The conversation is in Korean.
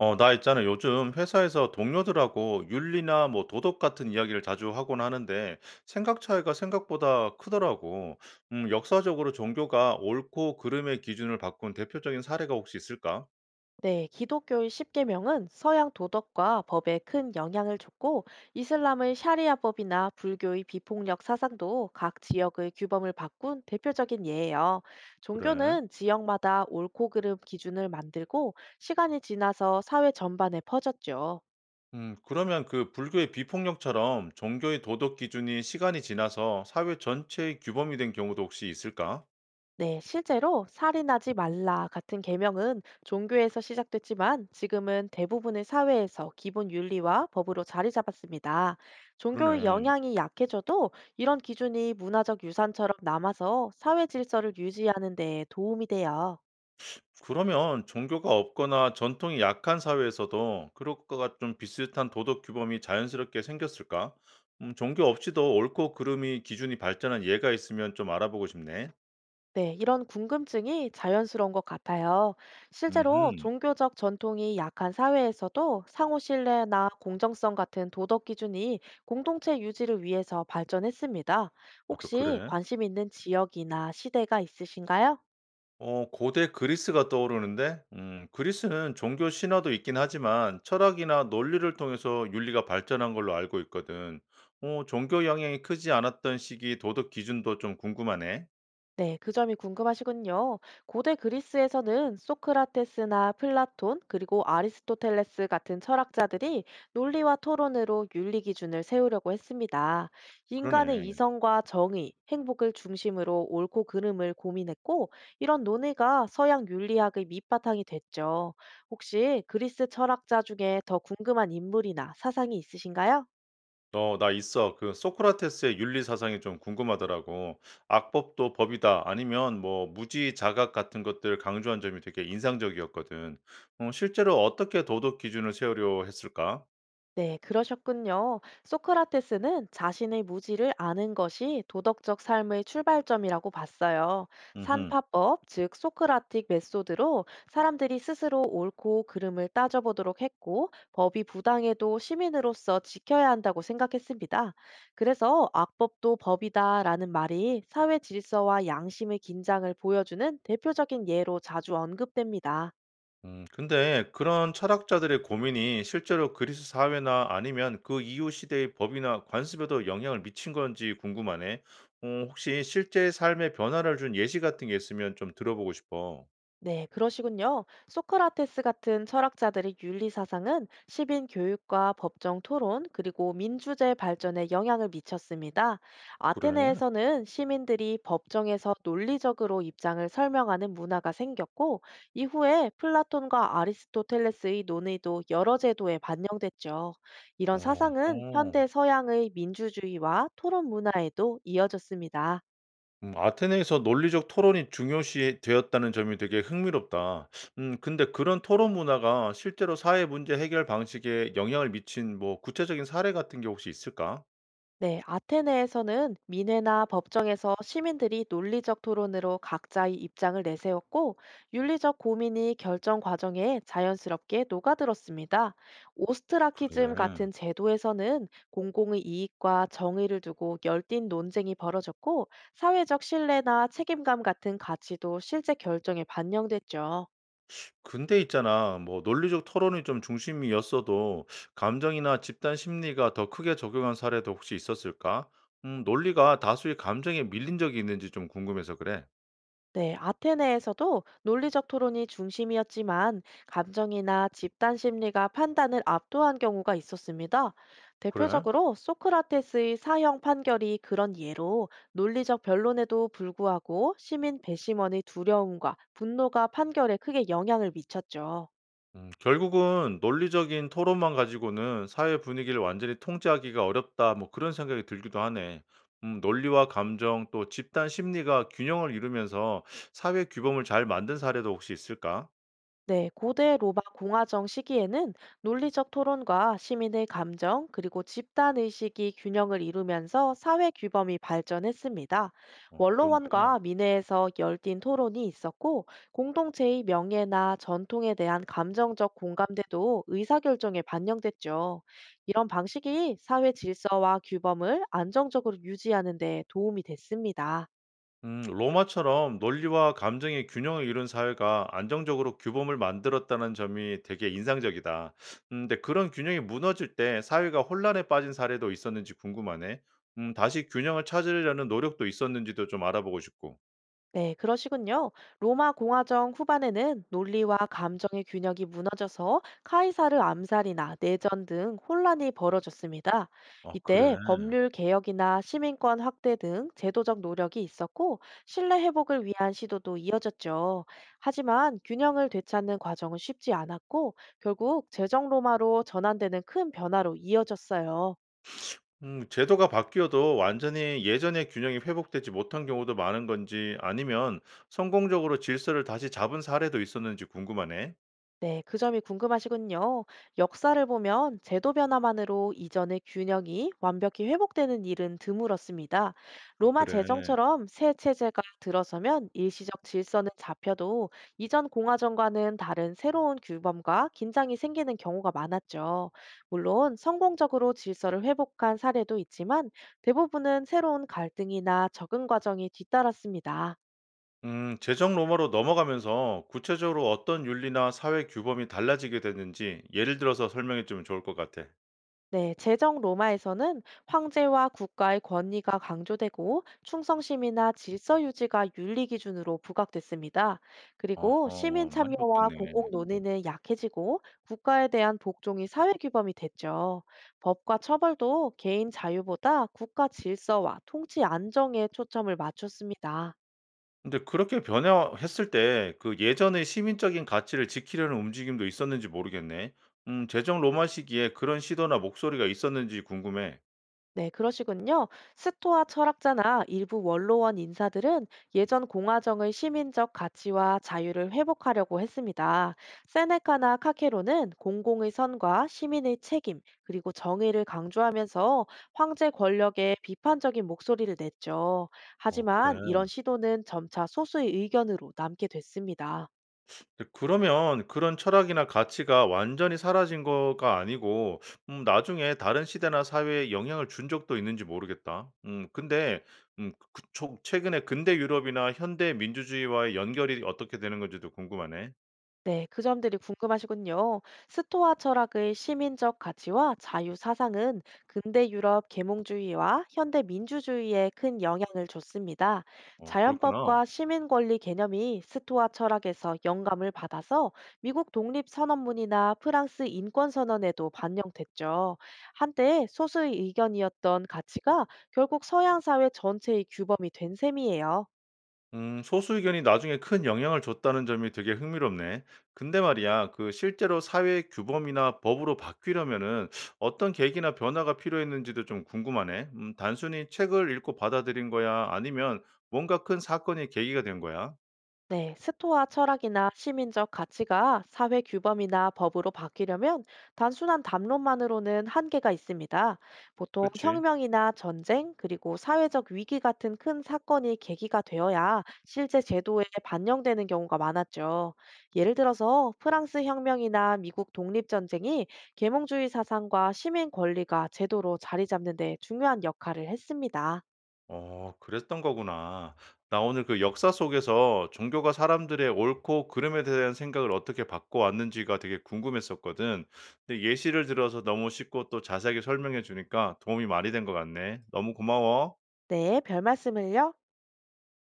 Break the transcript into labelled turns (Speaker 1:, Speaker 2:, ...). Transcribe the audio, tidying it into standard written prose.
Speaker 1: 어, 나 있잖아. 요즘 회사에서 동료들하고 윤리나 뭐 도덕 같은 이야기를 자주 하곤 하는데 생각 차이가 생각보다 크더라고. 역사적으로 종교가 옳고 그름의 기준을 바꾼 대표적인 사례가 혹시 있을까?
Speaker 2: 네, 기독교의 10계명은 서양 도덕과 법에 큰 영향을 줬고, 이슬람의 샤리아법이나 불교의 비폭력 사상도 각 지역의 규범을 바꾼 대표적인 예예요.
Speaker 1: 그래.
Speaker 2: 종교는 지역마다 옳고 그름 기준을 만들고, 시간이 지나서 사회 전반에 퍼졌죠.
Speaker 1: 그러면 그 불교의 비폭력처럼 종교의 도덕 기준이 시간이 지나서 사회 전체의 규범이 된 경우도 혹시 있을까?
Speaker 2: 네, 실제로 살인하지 말라 같은 계명은 종교에서 시작됐지만 지금은 대부분의 사회에서 기본 윤리와 법으로 자리 잡았습니다. 종교의
Speaker 1: 그러네.
Speaker 2: 영향이 약해져도 이런 기준이 문화적 유산처럼 남아서 사회 질서를 유지하는 데 도움이 돼요.
Speaker 1: 그러면 종교가 없거나 전통이 약한 사회에서도 그것과 좀 비슷한 도덕 규범이 자연스럽게 생겼을까? 종교 없이도 옳고 그름이 기준이 발전한 예가 있으면 좀 알아보고 싶네.
Speaker 2: 네, 이런 궁금증이 자연스러운 것 같아요. 실제로
Speaker 1: 음,
Speaker 2: 종교적 전통이 약한 사회에서도 상호 신뢰나 공정성 같은 도덕 기준이 공동체 유지를 위해서 발전했습니다.
Speaker 1: 아, 또
Speaker 2: 혹시
Speaker 1: 그래?
Speaker 2: 관심 있는 지역이나 시대가 있으신가요?
Speaker 1: 어, 고대 그리스가 떠오르는데, 그리스는 종교 신화도 있긴 하지만 철학이나 논리를 통해서 윤리가 발전한 걸로 알고 있거든. 어, 종교 영향이 크지 않았던 시기 도덕 기준도 좀 궁금하네.
Speaker 2: 네, 그 점이 궁금하시군요. 고대 그리스에서는 소크라테스나 플라톤, 그리고 아리스토텔레스 같은 철학자들이 논리와 토론으로 윤리 기준을 세우려고 했습니다. 인간의
Speaker 1: 그러네.
Speaker 2: 이성과 정의, 행복을 중심으로 옳고 그름을 고민했고, 이런 논의가 서양 윤리학의 밑바탕이 됐죠. 혹시 그리스 철학자 중에 더 궁금한 인물이나 사상이 있으신가요?
Speaker 1: 어, 나 있어. 그 소크라테스의 윤리 사상이 좀 궁금하더라고. 악법도 법이다. 아니면 뭐 무지 자각 같은 것들 강조한 점이 되게 인상적이었거든. 어, 실제로 어떻게 도덕 기준을 세우려 했을까?
Speaker 2: 네, 그러셨군요. 소크라테스는 자신의 무지를 아는 것이 도덕적 삶의 출발점이라고 봤어요.
Speaker 1: 음,
Speaker 2: 산파법, 즉 소크라틱 메소드로 사람들이 스스로 옳고 그름을 따져보도록 했고, 법이 부당해도 시민으로서 지켜야 한다고 생각했습니다. 그래서 악법도 법이다라는 말이 사회 질서와 양심의 긴장을 보여주는 대표적인 예로 자주 언급됩니다.
Speaker 1: 근데 그런 철학자들의 고민이 실제로 그리스 사회나 아니면 그 이후 시대의 법이나 관습에도 영향을 미친 건지 궁금하네. 어, 혹시 실제 삶에 변화를 준 예시 같은 게 있으면 좀 들어보고 싶어.
Speaker 2: 네, 그러시군요. 소크라테스 같은 철학자들의 윤리 사상은 시민 교육과 법정 토론, 그리고 민주제 발전에 영향을 미쳤습니다.
Speaker 1: 그래?
Speaker 2: 아테네에서는 시민들이 법정에서 논리적으로 입장을 설명하는 문화가 생겼고, 이후에 플라톤과 아리스토텔레스의 논의도 여러 제도에 반영됐죠. 이런
Speaker 1: 어,
Speaker 2: 사상은
Speaker 1: 어.
Speaker 2: 현대 서양의 민주주의와 토론 문화에도 이어졌습니다.
Speaker 1: 아테네에서 논리적 토론이 중요시 되었다는 점이 되게 흥미롭다. 근데 그런 토론 문화가 실제로 사회 문제 해결 방식에 영향을 미친 뭐 구체적인 사례 같은 게 혹시 있을까?
Speaker 2: 네, 아테네에서는 민회나 법정에서 시민들이 논리적 토론으로 각자의 입장을 내세웠고, 윤리적 고민이 결정 과정에 자연스럽게 녹아들었습니다. 오스트라키즘
Speaker 1: 그래.
Speaker 2: 같은 제도에서는 공공의 이익과 정의를 두고 열띤 논쟁이 벌어졌고, 사회적 신뢰나 책임감 같은 가치도 실제 결정에 반영됐죠.
Speaker 1: 근데 있잖아, 뭐 논리적 토론이 좀 중심이었어도 감정이나 집단 심리가 더 크게 적용한 사례도 혹시 있었을까? 논리가 다수의 감정에 밀린 적이 있는지 좀 궁금해서 그래.
Speaker 2: 네, 아테네에서도 논리적 토론이 중심이었지만 감정이나 집단 심리가 판단을 압도한 경우가 있었습니다.
Speaker 1: 그래?
Speaker 2: 대표적으로 소크라테스의 사형 판결이 그런 예로 논리적 변론에도 불구하고 시민 배심원의 두려움과 분노가 판결에 크게 영향을 미쳤죠.
Speaker 1: 결국은 '논리적인 토론만 가지고는 사회 분위기를 완전히 통제하기가 어렵다.' 뭐 그런 생각이 들기도 하네. 논리와 감정 또 집단 심리가 균형을 이루면서 사회 규범을 잘 만든 사례도 혹시 있을까?
Speaker 2: 네, 고대 로마 공화정 시기에는 논리적 토론과 시민의 감정 그리고 집단 의식이 균형을 이루면서 사회 규범이 발전했습니다.
Speaker 1: 어, 그런 거야?
Speaker 2: 원로원과 민회에서 열띤 토론이 있었고 공동체의 명예나 전통에 대한 감정적 공감대도 의사결정에 반영됐죠. 이런 방식이 사회 질서와 규범을 안정적으로 유지하는 데 도움이 됐습니다.
Speaker 1: 로마처럼 논리와 감정의 균형을 이룬 사회가 안정적으로 규범을 만들었다는 점이 되게 인상적이다. 근데 그런 균형이 무너질 때 사회가 혼란에 빠진 사례도 있었는지 궁금하네. 다시 균형을 찾으려는 노력도 있었는지도 좀 알아보고 싶고.
Speaker 2: 네, 그러시군요. 로마 공화정 후반에는 논리와 감정의 균형이 무너져서 카이사르 암살이나 내전 등 혼란이 벌어졌습니다.
Speaker 1: 아,
Speaker 2: 이때
Speaker 1: 그래.
Speaker 2: 법률 개혁이나 시민권 확대 등 제도적 노력이 있었고 신뢰 회복을 위한 시도도 이어졌죠. 하지만 균형을 되찾는 과정은 쉽지 않았고 결국 제정 로마로 전환되는 큰 변화로 이어졌어요.
Speaker 1: 제도가 바뀌어도 완전히 예전의 균형이 회복되지 못한 경우도 많은 건지 아니면 성공적으로 질서를 다시 잡은 사례도 있었는지 궁금하네.
Speaker 2: 네, 그 점이 궁금하시군요. 역사를 보면 제도 변화만으로 이전의 균형이 완벽히 회복되는 일은 드물었습니다.
Speaker 1: 아,
Speaker 2: 로마
Speaker 1: 그래.
Speaker 2: 제정처럼 새 체제가 들어서면 일시적 질서는 잡혀도 이전 공화정과는 다른 새로운 규범과 긴장이 생기는 경우가 많았죠. 물론 성공적으로 질서를 회복한 사례도 있지만 대부분은 새로운 갈등이나 적응 과정이 뒤따랐습니다.
Speaker 1: 제정 로마로 넘어가면서 구체적으로 어떤 윤리나 사회 규범이 달라지게 됐는지 예를 들어서 설명해 주면 좋을 것 같아.
Speaker 2: 네, 제정 로마에서는 황제와 국가의 권위가 강조되고 충성심이나 질서 유지가 윤리 기준으로 부각됐습니다. 그리고 시민
Speaker 1: 어허, 많이
Speaker 2: 참여와
Speaker 1: 바뀌었네.
Speaker 2: 공공 논의는 약해지고 국가에 대한 복종이 사회 규범이 됐죠. 법과 처벌도 개인 자유보다 국가 질서와 통치 안정에 초점을 맞췄습니다.
Speaker 1: 근데 그렇게 변화했을 때 그 예전의 시민적인 가치를 지키려는 움직임도 있었는지 모르겠네. 제정 로마 시기에 그런 시도나 목소리가 있었는지 궁금해.
Speaker 2: 네, 그러시군요. 스토아 철학자나 일부 원로원 인사들은 예전 공화정의 시민적 가치와 자유를 회복하려고 했습니다. 세네카나 카케로는 공공의 선과 시민의 책임, 그리고 정의를 강조하면서 황제 권력에 비판적인 목소리를 냈죠.
Speaker 1: 어, 그래.
Speaker 2: 하지만 이런 시도는 점차 소수의 의견으로 남게 됐습니다.
Speaker 1: 근데 그러면 그런 철학이나 가치가 완전히 사라진 거가 아니고 나중에 다른 시대나 사회에 영향을 준 적도 있는지 모르겠다. 근데 그 그, 초 최근에 근대 유럽이나 현대 민주주의와의 연결이 어떻게 되는 건지도 궁금하네.
Speaker 2: 네, 그 점들이 궁금하시군요. 스토아 철학의 시민적 가치와 자유 사상은 근대 유럽 계몽주의와 현대 민주주의에 큰 영향을 줬습니다.
Speaker 1: 어 그렇구나.
Speaker 2: 자연법과 시민 권리 개념이 스토아 철학에서 영감을 받아서 미국 독립 선언문이나 프랑스 인권 선언에도 반영됐죠. 한때 소수의 의견이었던 가치가 결국 서양 사회 전체의 규범이 된 셈이에요.
Speaker 1: 소수 의견이 나중에 큰 영향을 줬다는 점이 되게 흥미롭네. 근데 말이야, 그 실제로 사회 규범이나 법으로 바뀌려면은 어떤 계기나 변화가 필요했는지도 좀 궁금하네. 단순히 책을 읽고 받아들인 거야? 아니면 뭔가 큰 사건이 계기가 된 거야?
Speaker 2: 네, 스토아 철학이나 시민적 가치가 사회 규범이나 법으로 바뀌려면 단순한 담론만으로는 한계가 있습니다. 보통
Speaker 1: 그치?
Speaker 2: 혁명이나 전쟁, 그리고 사회적 위기 같은 큰 사건이 계기가 되어야 실제 제도에 반영되는 경우가 많았죠. 예를 들어서 프랑스 혁명이나 미국 독립전쟁이 계몽주의 사상과 시민 권리가 제도로 자리 잡는 데 중요한 역할을 했습니다.
Speaker 1: 어 그랬던 거구나. 나 오늘 그 역사 속에서 종교가 사람들의 옳고 그름에 대한 생각을 어떻게 바꿔왔는지가 되게 궁금했었거든. 근데 예시를 들어서 너무 쉽고 또 자세하게 설명해 주니까 도움이 많이 된 것 같네. 너무 고마워.
Speaker 2: 네, 별 말씀을요.